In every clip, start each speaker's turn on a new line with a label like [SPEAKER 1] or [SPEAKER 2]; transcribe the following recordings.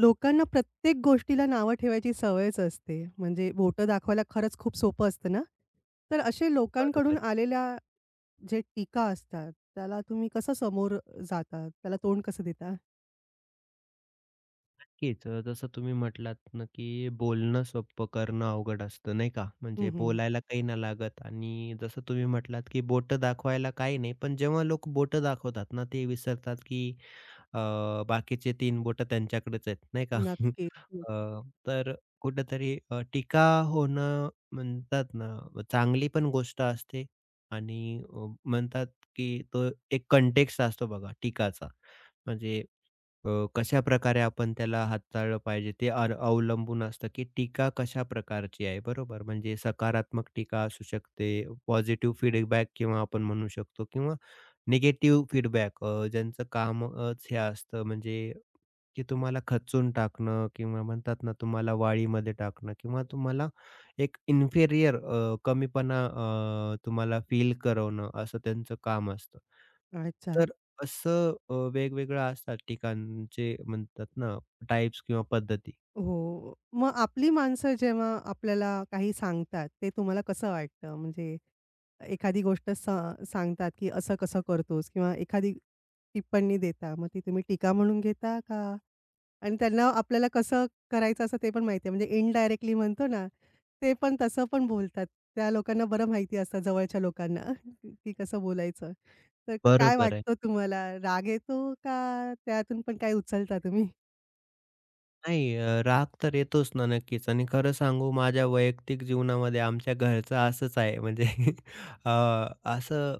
[SPEAKER 1] लोकांना प्रत्येक गोष्टीला नावं ठेवायची सवयच असते. म्हणजे बोटं दाखवायला खरंच खूप सोपं असतं ना. तर असे लोकांकडून
[SPEAKER 2] बरोबर.
[SPEAKER 1] आलेल्या जे टीका असतात, त्याला तुम्ही कसं समोर जाता? त्याला तोंड कसं देता?
[SPEAKER 2] नक्कीच. जसं तुम्ही म्हटलात ना, की बोलणं सोपं करणं अवघड असतं, नाही का?
[SPEAKER 1] हं,
[SPEAKER 2] म्हणजे
[SPEAKER 1] हं.
[SPEAKER 2] बोलायला काही नाही लागत आणि जसं तुम्ही म्हटलात, की बोटं दाखवायला काही नाही. पण जेव्हा लोक बोटं दाखवतात ना, ते विसरतात, की अ, बाकीचे 3 बोटं त्यांच्याकडेच आहेत, नाही का?
[SPEAKER 1] नक्कीच.
[SPEAKER 2] अ, तर कुठेतरी टीका होणं म्हणतात ना, चांगली पण गोष्ट असते आणि म्हणतात, की तो एक कंटेक्स्ट असतो बघा टीकाचा. म्हणजे अ, कशाप्रकारे आपण त्याला हाताळलं पाहिजे ते अवलंबून असतं, की टीका कशा प्रकारची आहे, बरोबर? म्हणजे सकारात्मक टीका असू शकते, पॉझिटिव्ह फीडबॅक किंवा आपण म्हणू शकतो किंवा निगेटिव्ह फीडबॅक ज्यांचं कामच हे असतं म्हणजे की तुम्हाला खचून टाकणं किंवा म्हणतात ना तुम्हाला वाळीमध्ये टाकणं किंवा तुम्हाला एक इन्फेरियर कमीपणा तुम्हाला फील करवणं असं त्यांचं काम असतं.
[SPEAKER 1] अच्छा.
[SPEAKER 2] तर असं वेगवेगळं असतात ठिकाणचे म्हणतात ना टाइप्स किंवा पद्धती.
[SPEAKER 1] हो. मग आपली माणसं जेव्हा आपल्याला काही सांगतात, ते तुम्हाला कसं वाटतं? म्हणजे एखादी गोष्ट सांगतात, की "असं कसं करतोस?" किंवा एखादी टिप्पणी देता, मग ती तुम्ही टीका म्हणून घेता का आणि त्यांना आपल्याला कसं करायचं असं ते पण माहिती आहे. म्हणजे इनडायरेक्टली म्हणतो ना, ते पण तसं पण बोलतात. त्या लोकांना बरं माहिती असतं जवळच्या लोकांना की कसं बोलायचं. तर काय
[SPEAKER 2] बरोबर आहे.
[SPEAKER 1] वाटतं तुम्हाला राग येतो का त्यातून पण काय उचलता तुम्ही?
[SPEAKER 2] नाही राग तर येतोच ना नक्कीच आणि खरं सांगू माझ्या वैयक्तिक जीवनामध्ये आमच्या घरचं असंच आहे म्हणजे अ, असं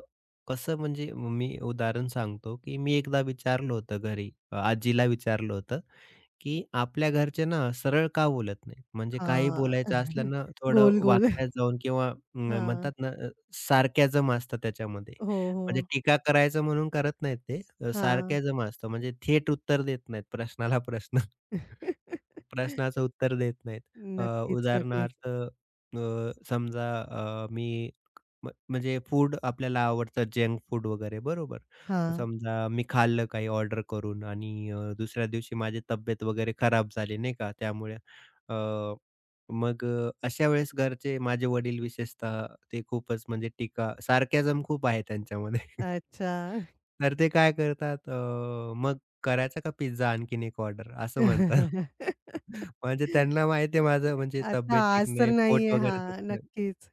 [SPEAKER 2] कसं म्हणजे मी उदाहरण सांगतो की मी एकदा विचारलं होतं घरी आजीला विचारलं होतं की आपल्या घरचे ना सरळ का बोलत नाहीत म्हणजे काही
[SPEAKER 1] हां.
[SPEAKER 2] बोलायचं असलं ना थोडं
[SPEAKER 1] गोल, गोल.
[SPEAKER 2] वाकड्यात जाऊन किंवा
[SPEAKER 1] हां.
[SPEAKER 2] म्हणतात ना सार्कॅझम असतं त्याच्यामध्ये
[SPEAKER 1] हो, हो.
[SPEAKER 2] म्हणजे टीका करायचं म्हणून करत नाहीत ते
[SPEAKER 1] हां.
[SPEAKER 2] सार्कॅझम असतं म्हणजे थेट उत्तर देत नाहीत प्रश्नाला प्रश्न प्रश्नाचं उत्तर देत नाहीत. अ,
[SPEAKER 1] नक्कीच, नक्कीच.
[SPEAKER 2] उदाहरणार्थ, समजा मी म्हणजे फूड आपल्याला आवडतं जंक फूड वगैरे बरोबर.
[SPEAKER 1] हां.
[SPEAKER 2] समजा मी खाल्लं काही ऑर्डर करून आणि दुसऱ्या दिवशी माझी तब्येत वगैरे खराब झाली नाही का त्यामुळे अ, मग अशा वेळेस घरचे माझे वडील विशेषतः ते खूपच म्हणजे टीका सार्कॅझम खूप आहे त्यांच्यामध्ये.
[SPEAKER 1] अच्छा.
[SPEAKER 2] तर ते काय करतात "मग करायचा का पिझ्झा आणखीन एक ऑर्डर?" असं म्हणतात. म्हणजे त्यांना माहिती आहे माझं म्हणजे
[SPEAKER 1] आता
[SPEAKER 2] तब्येत ठीक
[SPEAKER 1] आज तर
[SPEAKER 2] नाही, पोट
[SPEAKER 1] नाहीये.
[SPEAKER 2] वगैरे
[SPEAKER 1] हां,
[SPEAKER 2] दुखतंय.
[SPEAKER 1] नक्कीच.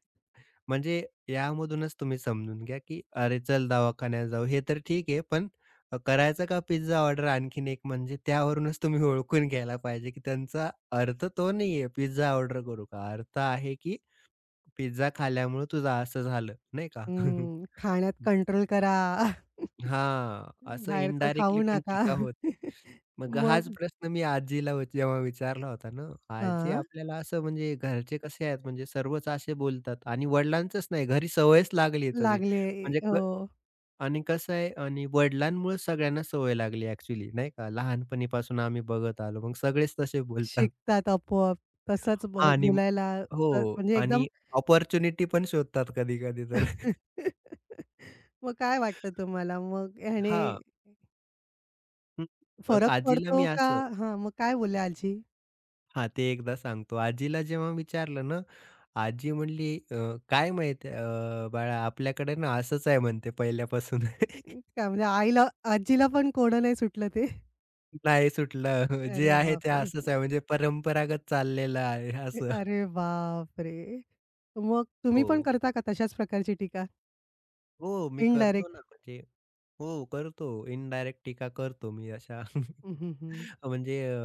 [SPEAKER 2] म्हणजे यामधूनच तुम्ही समजून घ्या, की "अरे चल दवाखान्यात जाऊ." हे तर ठीक आहे, पण करायचा का पिझ्झा ऑर्डर आणखीन एक म्हणजे त्यावरूनच तुम्ही ओळखून घ्यायला पाहिजे, की त्यांचा अर्थ तो नाहीये पिझ्झा ऑर्डर करू का? अर्थ आहे, की पिझ्झा खाल्ल्यामुळे तुझं असं झालं, नाही का?
[SPEAKER 1] हं, खाण्यात कंट्रोल करा.
[SPEAKER 2] हां, असं
[SPEAKER 1] बाहेरचं खाऊ
[SPEAKER 2] इनडायरेक्टली पण
[SPEAKER 1] नका.
[SPEAKER 2] टीका होते. मग हाच
[SPEAKER 1] मग
[SPEAKER 2] प्रश्न मी आजीला जेव्हा विचारला होता ना, आजी
[SPEAKER 1] हां,
[SPEAKER 2] आपल्याला असं म्हणजे घरचे कसे आहेत म्हणजे सर्वच असे बोलतात आणि वडिलांचंच नाही घरी सवयच लागली आहे तशी.
[SPEAKER 1] लागले.
[SPEAKER 2] म्हणजे
[SPEAKER 1] हो,
[SPEAKER 2] क आणि कसं आहे आणि वडिलांमुळेच सगळ्यांना सवय लागली ॲक्चुअली नाही का. लहानपणीपासून आम्ही बघत आलो. मग सगळेच तसे बोलतात.
[SPEAKER 1] शिकतात आपोआप. तसंच
[SPEAKER 2] हां आणि
[SPEAKER 1] बोलायला
[SPEAKER 2] हो
[SPEAKER 1] तर म्हणजे एकदम
[SPEAKER 2] आणि अपॉर्च्युनिटी पण शोधतात कधी-कधी तर.
[SPEAKER 1] मग काय वाटतं तुम्हाला? मग ह्याने
[SPEAKER 2] हां. हं. मग
[SPEAKER 1] फरक
[SPEAKER 2] आजीला
[SPEAKER 1] पडतो
[SPEAKER 2] मी
[SPEAKER 1] का?
[SPEAKER 2] असं
[SPEAKER 1] हां, मग काय बोलल्या आजी?
[SPEAKER 2] हा, ते एकदा सांगतो. आजीला जेव्हा विचारलं ना, आजी म्हणली, काय माहीत बाळा आपल्याकडे ना असंच आहे म्हणते पहिल्यापासून.
[SPEAKER 1] काय म्हणजे आजीला पण कोडं नाही सुटलं ते?
[SPEAKER 2] नाही सुटलं. जे
[SPEAKER 1] अरे
[SPEAKER 2] आहे ते
[SPEAKER 1] बापरे!
[SPEAKER 2] असंच आहे म्हणजे परंपरागत चाललेलं आहे असं."
[SPEAKER 1] अरे बापरे! मग तुम्ही पण
[SPEAKER 2] हो,
[SPEAKER 1] करता का तशाच प्रकारची टीका?
[SPEAKER 2] हो, मी करतो
[SPEAKER 1] इनडायरेक्ट?
[SPEAKER 2] ना म्हणजे हो, करतो. इनडायरेक्ट टीका करतो मी अशा.
[SPEAKER 1] हं, हं, हं.
[SPEAKER 2] म्हणजे अ,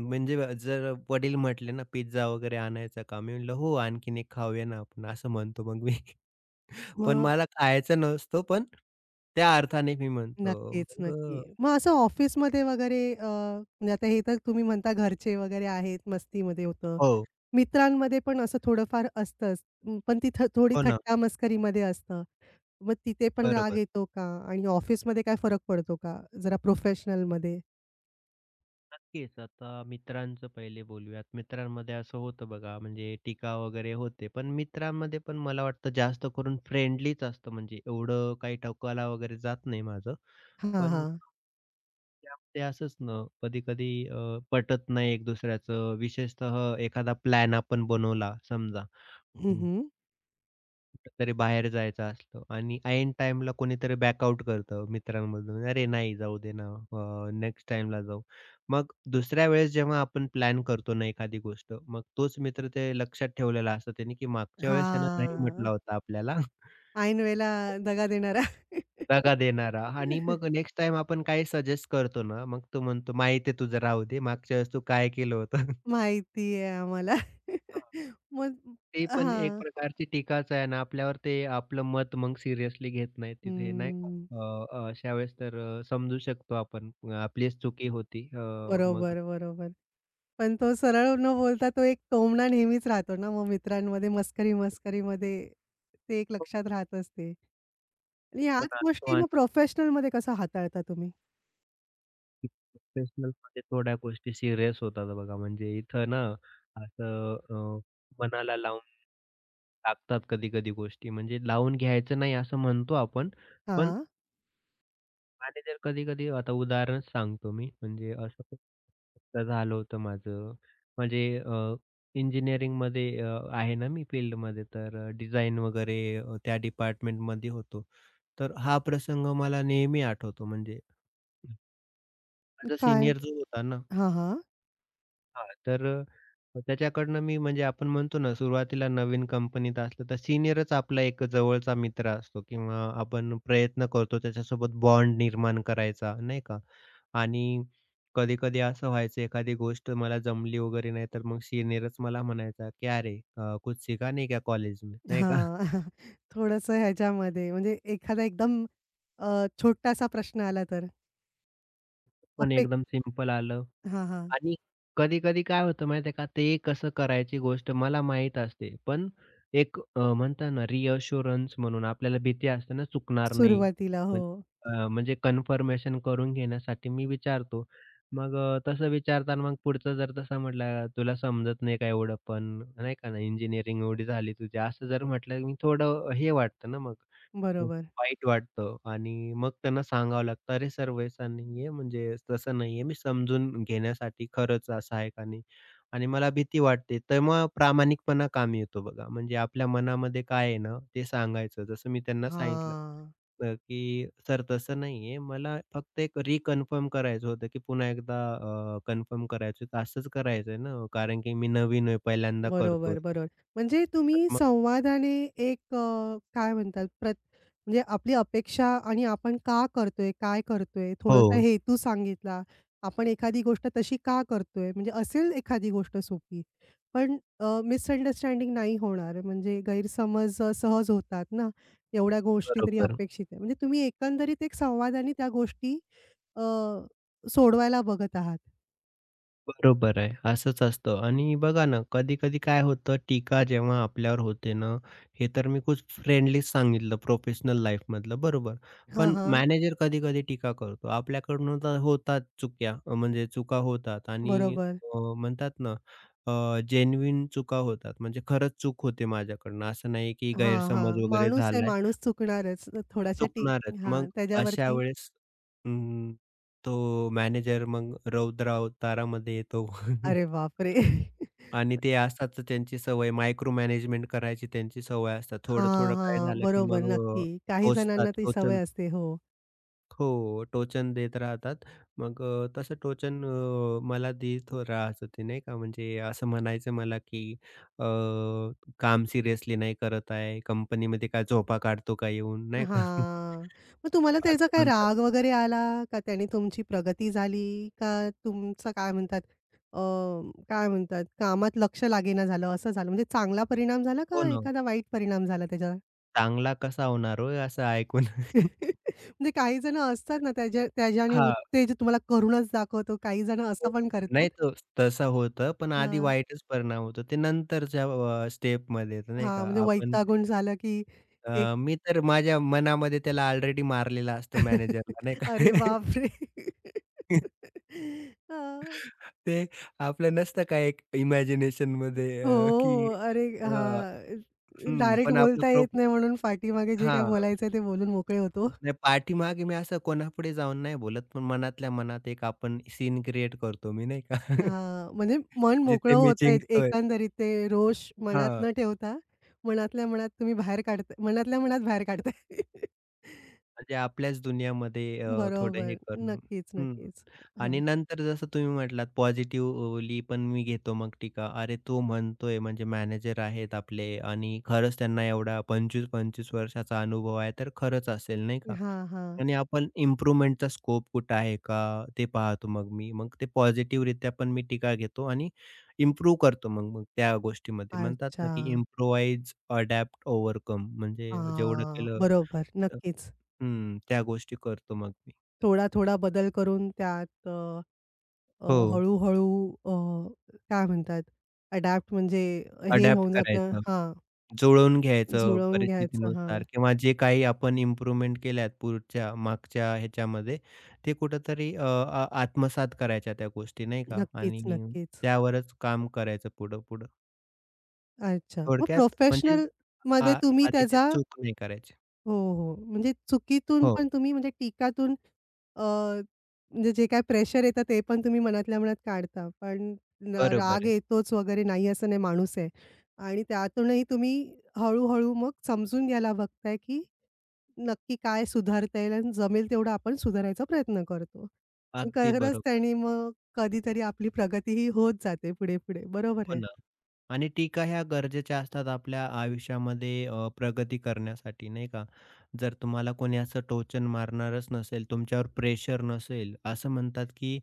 [SPEAKER 2] म्हणजे जर वडील म्हटले ना, "पिझ्झा वगैरे आणायचा का?" मी म्हटलं, "हो, आणखीन एक खाऊया ना आपण." असं म्हणतो मग मी. पण
[SPEAKER 1] मग
[SPEAKER 2] मला खायचं नसतो, पण त्या अर्थाने मी म्हणतो.
[SPEAKER 1] नक्कीच,
[SPEAKER 2] मग
[SPEAKER 1] नक्की.
[SPEAKER 2] अ
[SPEAKER 1] मग असं ऑफिसमध्ये वगैरे म्हणजे आता हे तर तुम्ही म्हणता घरचे वगैरे आहेत, मस्तीमध्ये होतं.
[SPEAKER 2] हो,
[SPEAKER 1] मित्रांमध्ये पण असं थोडंफार असतंच. अं, पण ती थोडी
[SPEAKER 2] हो ना.
[SPEAKER 1] थट्टा-मस्करीमध्ये असतं. मग तिथे पण राग
[SPEAKER 2] बरोबर.
[SPEAKER 1] येतो का? आणि ऑफिसमध्ये काय फरक पडतो का? जरा प्रोफेशनलमध्ये?
[SPEAKER 2] नक्कीच. आता मित्रांचं पहिले बोलूयात. मित्रांमध्ये असं होतं बघा, म्हणजे टीका वगैरे होते. पण मित्रांमध्ये पण मला वाटतं जास्त करून फ्रेंडलीच असतं. म्हणजे एवढं काही टोकाला वगैरे जात नाही माझं.
[SPEAKER 1] हां,
[SPEAKER 2] पण
[SPEAKER 1] हां.
[SPEAKER 2] त्यामध्ये असंच ना, कधी-कधी पटत नाही एक दुसऱ्याचं. विशेषतः एखादा प्लॅन आपण बनवला समजा.
[SPEAKER 1] हं, हं.
[SPEAKER 2] कुठेतरी बाहेर जायचं असलं आणि ऐन टाईमला कोणीतरी बॅकआउट करतं मित्रांमधून, म्हणजे "अरे नाही जाऊ दे ना, नेक्स्ट टाईमला जाऊ." मग दुसऱ्या वेळेस जेव्हा आपण प्लॅन करतो ना एखादी गोष्ट, मग तोच मित्र ते लक्षात ठेवलेला असतो त्याने, की मागच्या वेळेस ह्यानं नाही
[SPEAKER 1] हां.
[SPEAKER 2] म्हटला होता आपल्याला
[SPEAKER 1] ऐन वेळेला दगा देणारा.
[SPEAKER 2] दगा देणारा आणि मग नेक्स्ट टाईम आपण काही सजेस्ट करतो ना, मग तो म्हणतो, "माहिती आहे तुझं, राहू दे. मागच्या वेळेस तू काय केलं होतं?"
[SPEAKER 1] माहिती आहे आम्हाला.
[SPEAKER 2] हां.
[SPEAKER 1] मग
[SPEAKER 2] ते पण एक
[SPEAKER 1] हां.
[SPEAKER 2] प्रकारची टीकाच आहे ना आपल्यावर ते आपलं मत मग सीरियसली घेत नाहीत तिथे नाही का?
[SPEAKER 1] हं.
[SPEAKER 2] अ, अ, अशा वेळेस तर अ, समजू शकतो आपण आपलीच चुकी होती. अ, मग
[SPEAKER 1] बरोबर, बरोबर. पण तो सरळ न बोलता तो एक टोमणा नेहमीच राहतो ना, मग मित्रांमध्ये मस्करी-मस्करीमध्ये ते एक
[SPEAKER 2] हो,
[SPEAKER 1] लक्षात राहतच ते. आणि ह्याच
[SPEAKER 2] पण असतो
[SPEAKER 1] गोष्टी
[SPEAKER 2] आणि
[SPEAKER 1] मग प्रोफेशनलमध्ये कसं हाताळता तुम्ही?
[SPEAKER 2] प्रोफेशनलमध्ये थोड्या गोष्टी सीरियस होतात बघा. म्हणजे इथं ना असं मनाला लावून टाकतात कधी-कधी गोष्टी म्हणजे लावून घ्यायचं नाही असं म्हणतो आपण. पण
[SPEAKER 1] हां,
[SPEAKER 2] मॅनेजर कधी-कधी आता उदाहरणच सांगतो मी, म्हणजे असं खूप एकदा झालं होतं माझं. म्हणजे अ, इंजिनिअरिंगमध्ये अ, आहे ना मी फील्डमध्ये, तर डिझाइन वगैरे त्या डिपार्टमेंटमध्ये होतो. तर हा प्रसंग मला नेहमी आठवतो म्हणजे माझा
[SPEAKER 1] काय?
[SPEAKER 2] सीनियर जो होता ना
[SPEAKER 1] हां, हां.
[SPEAKER 2] हां, तर त्याच्याकडनं मी म्हणजे आपण म्हणतो ना, सुरुवातीला नवीन कंपनीत असलं तर सीनियरच आपला एक जवळचा मित्र असतो किंवा आपण प्रयत्न करतो त्याच्यासोबत बॉन्ड निर्माण करायचा, नाही का? आणि कधी-कधी असं व्हायचं एखादी गोष्ट मला जमली वगैरे नाही, तर मग सीनियरच मला म्हणायचा, "क्या रे! कुछ सीखा नहीं क्या कॉलेज में?" नाही का?
[SPEAKER 1] हां. थोडंसं ह्याच्यामध्ये म्हणजे एखादा एकदम अ, छोटासा प्रश्न आला तर?
[SPEAKER 2] पण
[SPEAKER 1] अपेक
[SPEAKER 2] एकदम सिंपल आलं
[SPEAKER 1] हां, हां.
[SPEAKER 2] आणि कधी-कधी काय होतं माहिती आहे का, ते कसं करायची गोष्ट मला माहीत असते. पण एक म्हणतात ना रिअश्युरन्स म्हणून आपल्याला भीती असते ना, चुकणार नाही.
[SPEAKER 1] सुरुवातीला. हो,
[SPEAKER 2] पण म्हणजे कन्फर्मेशन करून घेण्यासाठी मी विचारतो. तसं विचारताना मग पुढचं जर तसा म्हटला, "तुला समजत नाही का एवढं पण, नाही का ना, इंजिनिअरिंग एवढी झाली तुझी." असं जर म्हटलं, मी थोडं हे वाटतं ना मग. हो.
[SPEAKER 1] बरोबर.
[SPEAKER 2] वाईट वाटतं आणि मग त्यांना सांगावं लागतं, "अरे सर वैसा नाही आहे, म्हणजे तसं नाही आहे, मी समजून घेण्यासाठी खरंच सहायकाने आणि मला भीती वाटते." तर मग प्रामाणिकपणा कामी येतो बघा. म्हणजे आपल्या मनामध्ये काय आहे ना, ते सांगायचं. जसं मी त्यांना सांगितलं
[SPEAKER 1] हां.
[SPEAKER 2] की "सर तसं नाही मला फक्त एक रिकन्फर्म करायचं होतं, की पुन्हा एकदा कन्फर्म करायचं होतं. असंच करायचं ना, कारण की मी नवीन आहे, पहिल्यांदा करतोय."
[SPEAKER 1] बरोबर, बरोबर. म्हणजे
[SPEAKER 2] तर
[SPEAKER 1] तुम्ही
[SPEAKER 2] मग
[SPEAKER 1] संवादाने एक काय म्हणतात म्हणजे आपली अपेक्षा आणि आपण का करतोय, काय करतोय,
[SPEAKER 2] हो,
[SPEAKER 1] थोडासा हेतू सांगितला. आपण एखादी गोष्ट तशी का करतोय, म्हणजे असेल एखादी गोष्ट सोपी. पण मिसअंडरस्टँडिंग नाही होणार म्हणजे गैरसमज सहज होतात ना, एवढ्या गोष्टी तरी
[SPEAKER 2] बरोबर.
[SPEAKER 1] अपेक्षित आहे. म्हणजे तुम्ही एकंदरीत एक संवादाने त्या गोष्टी अ, सोडवायला बघत आहात.
[SPEAKER 2] बरोबर आहे. असंच असतं आणि बघा ना, कधी-कधी काय होतं टीका जेव्हा आपल्यावर होते ना, हे तर मी खूप फ्रेंडली सांगितलं प्रोफेशनल लाईफमधलं बरोबर.
[SPEAKER 1] हां,
[SPEAKER 2] पण
[SPEAKER 1] हां.
[SPEAKER 2] मॅनेजर कधी-कधी टीका करतो. आपल्याकडून होतात चुक्या म्हणजे चुका होतात आणि
[SPEAKER 1] बरोबर.
[SPEAKER 2] म्हणतात ना, जेन्युइन चुका होतात. म्हणजे खरंच चूक होते माझ्याकडनं. असं नाही की
[SPEAKER 1] हां,
[SPEAKER 2] गैरसमज
[SPEAKER 1] हां.
[SPEAKER 2] वगैरे
[SPEAKER 1] माणूस आहे,
[SPEAKER 2] झालाय.
[SPEAKER 1] माणूस चुकणारच. थोड्याशा
[SPEAKER 2] चुकणारच. मग
[SPEAKER 1] हां,
[SPEAKER 2] अशा
[SPEAKER 1] त्याच्यावरती
[SPEAKER 2] वेळेस अं, तो मॅनेजर मग रौद्र अवतारामध्ये येतो.
[SPEAKER 1] अरे बापरे!
[SPEAKER 2] आणि ते असतात त्यांची सवय मायक्रो मॅनेजमेंट करायची त्यांची सवय असतात.
[SPEAKER 1] हां,
[SPEAKER 2] थोडं-थोडं काय
[SPEAKER 1] हां.
[SPEAKER 2] झालं, की
[SPEAKER 1] बरोबर,
[SPEAKER 2] मग अ,
[SPEAKER 1] नक्की. काही
[SPEAKER 2] टोचतात
[SPEAKER 1] जणांना ती
[SPEAKER 2] टोचन
[SPEAKER 1] सवय असते. हो.
[SPEAKER 2] हो, टोचन देत राहतात. मग तसं टोचन मला देत राहायचं ते नाही का, म्हणजे असं म्हणायचं मला, की अ, काम सिरियसली नाही करत आहे, कंपनीमध्ये काय झोपा काढतो का येऊन नाही का?
[SPEAKER 1] हां. मग तुम्हाला त्याचा
[SPEAKER 2] असं
[SPEAKER 1] काय
[SPEAKER 2] म्हणतात.
[SPEAKER 1] राग वगैरे आला का त्याने तुमची प्रगती झाली का तुमचं काय म्हणतात अ, काय म्हणतात कामात लक्ष लागेना झालं, असं झालं? म्हणजे चांगला परिणाम झाला
[SPEAKER 2] हो
[SPEAKER 1] का
[SPEAKER 2] ना.
[SPEAKER 1] एखादा वाईट परिणाम झाला त्याचा?
[SPEAKER 2] चांगला कसा होणार हो असं ऐकून?
[SPEAKER 1] म्हणजे काही जण असतात ना त्याच्याने
[SPEAKER 2] हां.
[SPEAKER 1] उत्तेजित तुम्हाला करूनच दाखवतो. काही जण असं पण करतात.
[SPEAKER 2] नाही तर तसं होतं, पण आधी
[SPEAKER 1] हां,
[SPEAKER 2] वाईटच परिणाम होतो. ते नंतरच्या स्टेपमध्ये येतं नाही
[SPEAKER 1] हां,
[SPEAKER 2] का?
[SPEAKER 1] म्हणजे
[SPEAKER 2] आपण
[SPEAKER 1] वैतागून झालं, की एक
[SPEAKER 2] मी तर माझ्या मनामध्ये त्याला ऑलरेडी मारलेलं असतं मॅनेजरला नाही का?
[SPEAKER 1] अरे बापरे! हां.
[SPEAKER 2] ते आपलं नसतं का एक इमॅजिनेशनमध्ये
[SPEAKER 1] हो,
[SPEAKER 2] अ, की
[SPEAKER 1] हो. अरे
[SPEAKER 2] अ,
[SPEAKER 1] हां,
[SPEAKER 2] हं,
[SPEAKER 1] डायरेक्ट
[SPEAKER 2] पण आपलं
[SPEAKER 1] बोलता येत नाही म्हणून पाठीमागे जे काय
[SPEAKER 2] हां,
[SPEAKER 1] बोलायचं ते बोलून मोकळे होतो.
[SPEAKER 2] नाही पाठीमागे मी असं कोणापुढे जाऊन नाही बोलत, पण मनातल्या मनात एक आपण सीन क्रिएट करतो मी नाही का?
[SPEAKER 1] हां, म्हणजे मन मोकळं
[SPEAKER 2] जिथे मी
[SPEAKER 1] होतं आहे
[SPEAKER 2] जिंकतोय.
[SPEAKER 1] एकंदरीत ते रोष मनात
[SPEAKER 2] हां.
[SPEAKER 1] न ठेवता, मनातल्या मनात तुम्ही बाहेर काढताय मनातल्या मनात बाहेर काढताय.
[SPEAKER 2] म्हणजे आपल्याच दुनियामध्ये थोडं हे
[SPEAKER 1] बरोबर.
[SPEAKER 2] करून
[SPEAKER 1] नक्कीच,
[SPEAKER 2] हं.
[SPEAKER 1] नक्कीच. हां,
[SPEAKER 2] आणि नंतर जसं तुम्ही म्हटलात पॉझिटिव्हली पण मी घेतो मग टीका. अरे, तो म्हणतोय म्हणजे मॅनेजर आहेत आपले आणि खरंच त्यांना एवढा 25-25 वर्षाचा अनुभव आहे, तर खरंच असेल नाही का?
[SPEAKER 1] हां, हां.
[SPEAKER 2] आणि आपण इम्प्रूव्हमेंटचा स्कोप कुठं आहे का ते पाहतो मग मी. मग ते पॉझिटिव्हरित्या पण मी टीका घेतो आणि इम्प्रूव्ह करतो मग मग त्या गोष्टीमध्ये. म्हणतात
[SPEAKER 1] अच्छा.
[SPEAKER 2] ना, की इम्प्रोवाइज, अडॅप्ट, ओव्हरकम म्हणजे जेवढं
[SPEAKER 1] हां,
[SPEAKER 2] केलं
[SPEAKER 1] बरोबर.
[SPEAKER 2] तर
[SPEAKER 1] नक्कीच.
[SPEAKER 2] हं, त्या गोष्टी करतो मग मी.
[SPEAKER 1] थोडा-थोडा बदल करून त्यात अ, अ,
[SPEAKER 2] हो,
[SPEAKER 1] हळू-हळू अ, काय म्हणतात अडॅप्ट म्हणजे हे
[SPEAKER 2] अडॅप्ट
[SPEAKER 1] होऊन जातं
[SPEAKER 2] करायचं.
[SPEAKER 1] हां,
[SPEAKER 2] जुळवून घ्यायचं
[SPEAKER 1] जुळवून घ्यायचं. हां,
[SPEAKER 2] परिस्थितीनुसार किंवा जे काही आपण इम्प्रूव्हमेंट केल्यात पुढच्या मागच्या ह्याच्यामध्ये, ते कुठेतरी अ, आ आत्मसात करायच्या त्या गोष्टी नाही का
[SPEAKER 1] नक्कीच,
[SPEAKER 2] आणि
[SPEAKER 1] नक्कीच.
[SPEAKER 2] त्यावरच काम करायचं पुढं-पुढं.
[SPEAKER 1] अच्छा. मग
[SPEAKER 2] थोडक्यात म्हणजे
[SPEAKER 1] प्रोफेशनलमध्ये
[SPEAKER 2] आ
[SPEAKER 1] तुम्ही
[SPEAKER 2] आधीची
[SPEAKER 1] त्याचा
[SPEAKER 2] चूक नाही करायची.
[SPEAKER 1] हो, हो. म्हणजे चुकीतून
[SPEAKER 2] हो,
[SPEAKER 1] पण तुम्ही म्हणजे टीकातून अ, म्हणजे जे काही प्रेशर येतं ते पण तुम्ही मनातल्या मनात काढता. पण न
[SPEAKER 2] बरोबर
[SPEAKER 1] राग
[SPEAKER 2] आहे.
[SPEAKER 1] येतोच वगैरे नाही असं नाही माणूस आहे. आणि त्यातूनही तुम्ही हळू मग समजून घ्यायला बघताय, की नक्की काय सुधारता येईल आणि जमेल तेवढा आपण सुधारायचा प्रयत्न करतो.
[SPEAKER 2] अगदी
[SPEAKER 1] खरंच
[SPEAKER 2] बरोबर.
[SPEAKER 1] त्याने मग कधीतरी आपली प्रगतीही होत जाते पुढे-पुढे. बरोबर
[SPEAKER 2] हो
[SPEAKER 1] आहे.
[SPEAKER 2] ना. आणि टीका ह्या गरजेच्या असतात आपल्या आयुष्यामध्ये प्रगती करण्यासाठी नाही का? जर तुम्हाला कोणी असं टोचन मारणारच नसेल, तुमच्यावर प्रेशर नसेल, असं म्हणतात की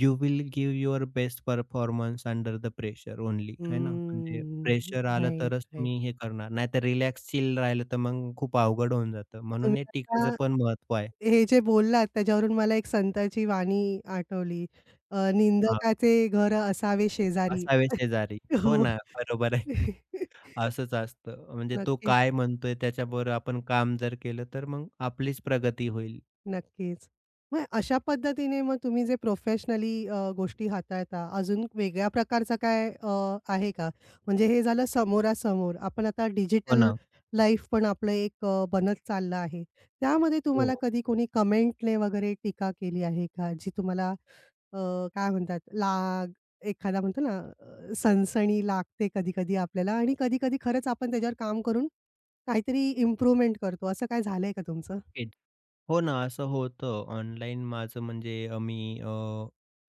[SPEAKER 2] "you will give your best performance under the pressure only." आहे ना? म्हणजे
[SPEAKER 1] हम्म.
[SPEAKER 2] प्रेशर आलं तरच
[SPEAKER 1] राइट,
[SPEAKER 2] तुम्ही हे करणार, नाहीतर रिलॅक्स चिल राहिलं तर मग खूप अवघड होऊन जातं.
[SPEAKER 1] तुम्ही
[SPEAKER 2] म्हणून हे
[SPEAKER 1] आता
[SPEAKER 2] टीकेचं पण महत्त्व आहे.
[SPEAKER 1] हे जे बोललात त्याच्यावरून मला एक संताची वाणी आठवली.
[SPEAKER 2] हां,
[SPEAKER 1] निंदकाचे घर असावे शेजारी.
[SPEAKER 2] असावे शेजारी. हो
[SPEAKER 1] हो.
[SPEAKER 2] ना, बरोबर आहे. असंच असतं. म्हणजे तो
[SPEAKER 1] नक्कीच,
[SPEAKER 2] काय म्हणतोय त्याच्याबरोबर आपण काम जर केलं तर मग आपलीच प्रगती होईल.
[SPEAKER 1] नक्कीच. मग अशा पद्धतीने मग तुम्ही जे प्रोफेशनली गोष्टी हाताळता, अजून वेगळ्या प्रकारचा काय आहे का? म्हणजे हे झालं समोरासमोर. आपण आता
[SPEAKER 2] हो
[SPEAKER 1] डिजिटल
[SPEAKER 2] ना.
[SPEAKER 1] लाईफ पण आपलं एक बनत चाललं आहे. त्यामध्ये तुम्हाला
[SPEAKER 2] हो.
[SPEAKER 1] कधी कोणी कमेंटने वगैरे टीका केली आहे का? जी तुम्हाला अ, काय म्हणतात एखादा म्हणतो ना सनसनी लागते कधी-कधी आपल्याला आणि कधी-कधी खरंच आपण त्याच्यावर काम करून काहीतरी इम्प्रूव्हमेंट करतो. असं काय झालंय का तुमचं?
[SPEAKER 2] हो ना, असं होतं. ऑनलाईन माझं म्हणजे अ, मी अ,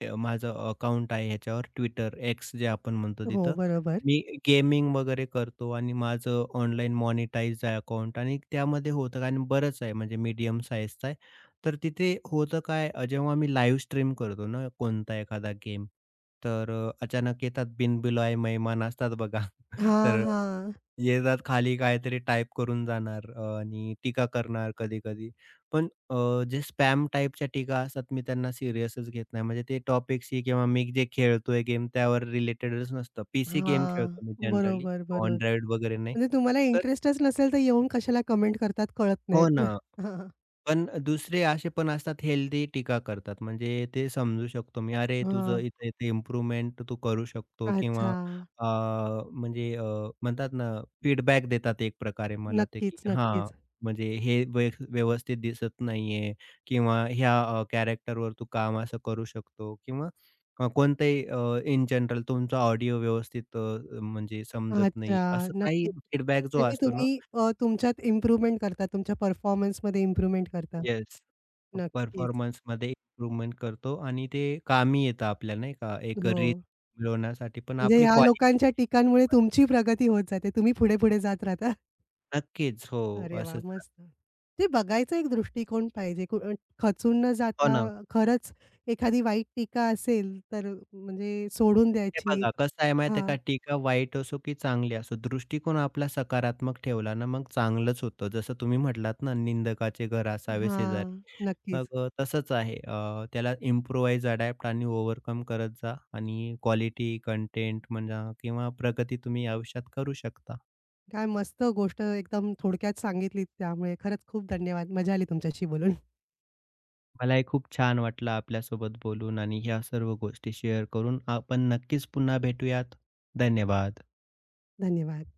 [SPEAKER 2] अ, माझं अकाउंट आहे ह्याच्यावर Twitter, X जे आपण म्हणतो
[SPEAKER 1] हो,
[SPEAKER 2] तिथं.
[SPEAKER 1] बरोबर.
[SPEAKER 2] मी गेमिंग वगैरे करतो आणि माझं ऑनलाईन मॉनिटाइज्ड आहे अकाउंट आणि त्यामध्ये होतं काय आणि बरंच आहे म्हणजे मीडियम साईजचं आहे. तर तिथे होतं काय जेव्हा मी लाईव्ह स्ट्रीम करतो ना कोणता एखादा गेम, तर अचानक येतात बिनबुलाए मेहमान असतात बघा.
[SPEAKER 1] हां,
[SPEAKER 2] तर
[SPEAKER 1] हां.
[SPEAKER 2] येतात खाली काहीतरी टाइप करून जाणार आणि टीका करणार कधी-कधी. पण जे स्पॅम टाइपच्या टीका असतात मी त्यांना सीरियसच घेत नाही. म्हणजे ते टॉपिकशी किंवा मी जे खेळतोय गेम त्यावर रिलेटेडच नसतं. पीसी गेम
[SPEAKER 1] हां.
[SPEAKER 2] खेळतो मी जनरली,
[SPEAKER 1] बरोबर, बरोबर.
[SPEAKER 2] Android वगैरे नाही.
[SPEAKER 1] म्हणजे तुम्हाला
[SPEAKER 2] तर
[SPEAKER 1] इंटरेस्टच नसेल तर येऊन कशाला कमेंट करतात कळत नाही.
[SPEAKER 2] हो ना.
[SPEAKER 1] हां,
[SPEAKER 2] पण दुसरे असे पण असतात हेल्दी टीका करतात. म्हणजे ते समजू शकतो मी, "अरे, तुझं
[SPEAKER 1] हां.
[SPEAKER 2] इथे-इथे इम्प्रूव्हमेंट तू करू शकतो" किंवा
[SPEAKER 1] अच्छा.
[SPEAKER 2] अ, म्हणजे म्हणतात ना फीडबॅक देतात एक प्रकारे मला ते, की
[SPEAKER 1] नक्कीच,
[SPEAKER 2] हां,
[SPEAKER 1] नक्कीच.
[SPEAKER 2] म्हणजे हे व्यवस्थित दिसत नाहीये किंवा ह्या कॅरेक्टरवर तू काम असं करू शकतो किंवा कोणतंही इन जनरल तुमचा ऑडिओ व्यवस्थित म्हणजे समजत नाही.
[SPEAKER 1] अच्छा.
[SPEAKER 2] असं काही
[SPEAKER 1] नक्कीच.
[SPEAKER 2] फीडबॅक जो
[SPEAKER 1] त्यांनी
[SPEAKER 2] असतो ना
[SPEAKER 1] तुम्ही तुमच्यात इम्प्रूव्हमेंट करता. तुमच्या परफॉर्मन्समध्ये इम्प्रूव्हमेंट करता.
[SPEAKER 2] येस.
[SPEAKER 1] नक्कीच.
[SPEAKER 2] परफॉर्मन्समध्ये इम्प्रूव्हमेंट करतो आणि ते कामी येतं आपल्याला नाही का, एक
[SPEAKER 1] हो.
[SPEAKER 2] रीच मिळवण्यासाठी पण
[SPEAKER 1] म्हणजे
[SPEAKER 2] आपली
[SPEAKER 1] ह्या
[SPEAKER 2] क्वालिटी
[SPEAKER 1] लोकांच्या टीकांमुळे तुमची प्रगती होत जाते. तुम्ही पुढे-पुढे जात राहता.
[SPEAKER 2] नक्कीच. हो,
[SPEAKER 1] अरे वा,
[SPEAKER 2] असंच
[SPEAKER 1] मस्त.
[SPEAKER 2] राहतं.
[SPEAKER 1] ते बघायचा एक दृष्टिकोन पाहिजे. खचून न
[SPEAKER 2] हो
[SPEAKER 1] जाता
[SPEAKER 2] ना.
[SPEAKER 1] खरंच एखादी वाईट टीका असेल तर म्हणजे सोडून
[SPEAKER 2] हे
[SPEAKER 1] द्यायची.
[SPEAKER 2] बघा कसं आहे माहिती आहे
[SPEAKER 1] हां,
[SPEAKER 2] का, टीका वाईट असो की चांगली असो, दृष्टिकोन आपला सकारात्मक ठेवला ना, मग चांगलंच होतं. जसं तुम्ही म्हटलात ना, "निंदकाचे घर असावे
[SPEAKER 1] हां.
[SPEAKER 2] शेजारी."
[SPEAKER 1] नक्कीच.
[SPEAKER 2] तसंच आहे. त्याला इम्प्रूव्हाइज, अडॅप्ट आणि ओव्हरकम करत जा आणि क्वालिटी कंटेंट म्हणा किंवा प्रगती तुम्ही आयुष्यात करू शकता.
[SPEAKER 1] काय मस्त गोष्ट एकदम थोडक्यात सांगितलीत त्यामुळे खरंच खूप धन्यवाद. मजा आली तुमच्याशी बोलून.
[SPEAKER 2] मलाही खूप छान वाटलं आपल्यासोबत बोलून आणि ह्या सर्व गोष्टी शेअर करून. आपण नक्कीच पुन्हा भेटूयात. धन्यवाद.
[SPEAKER 1] धन्यवाद.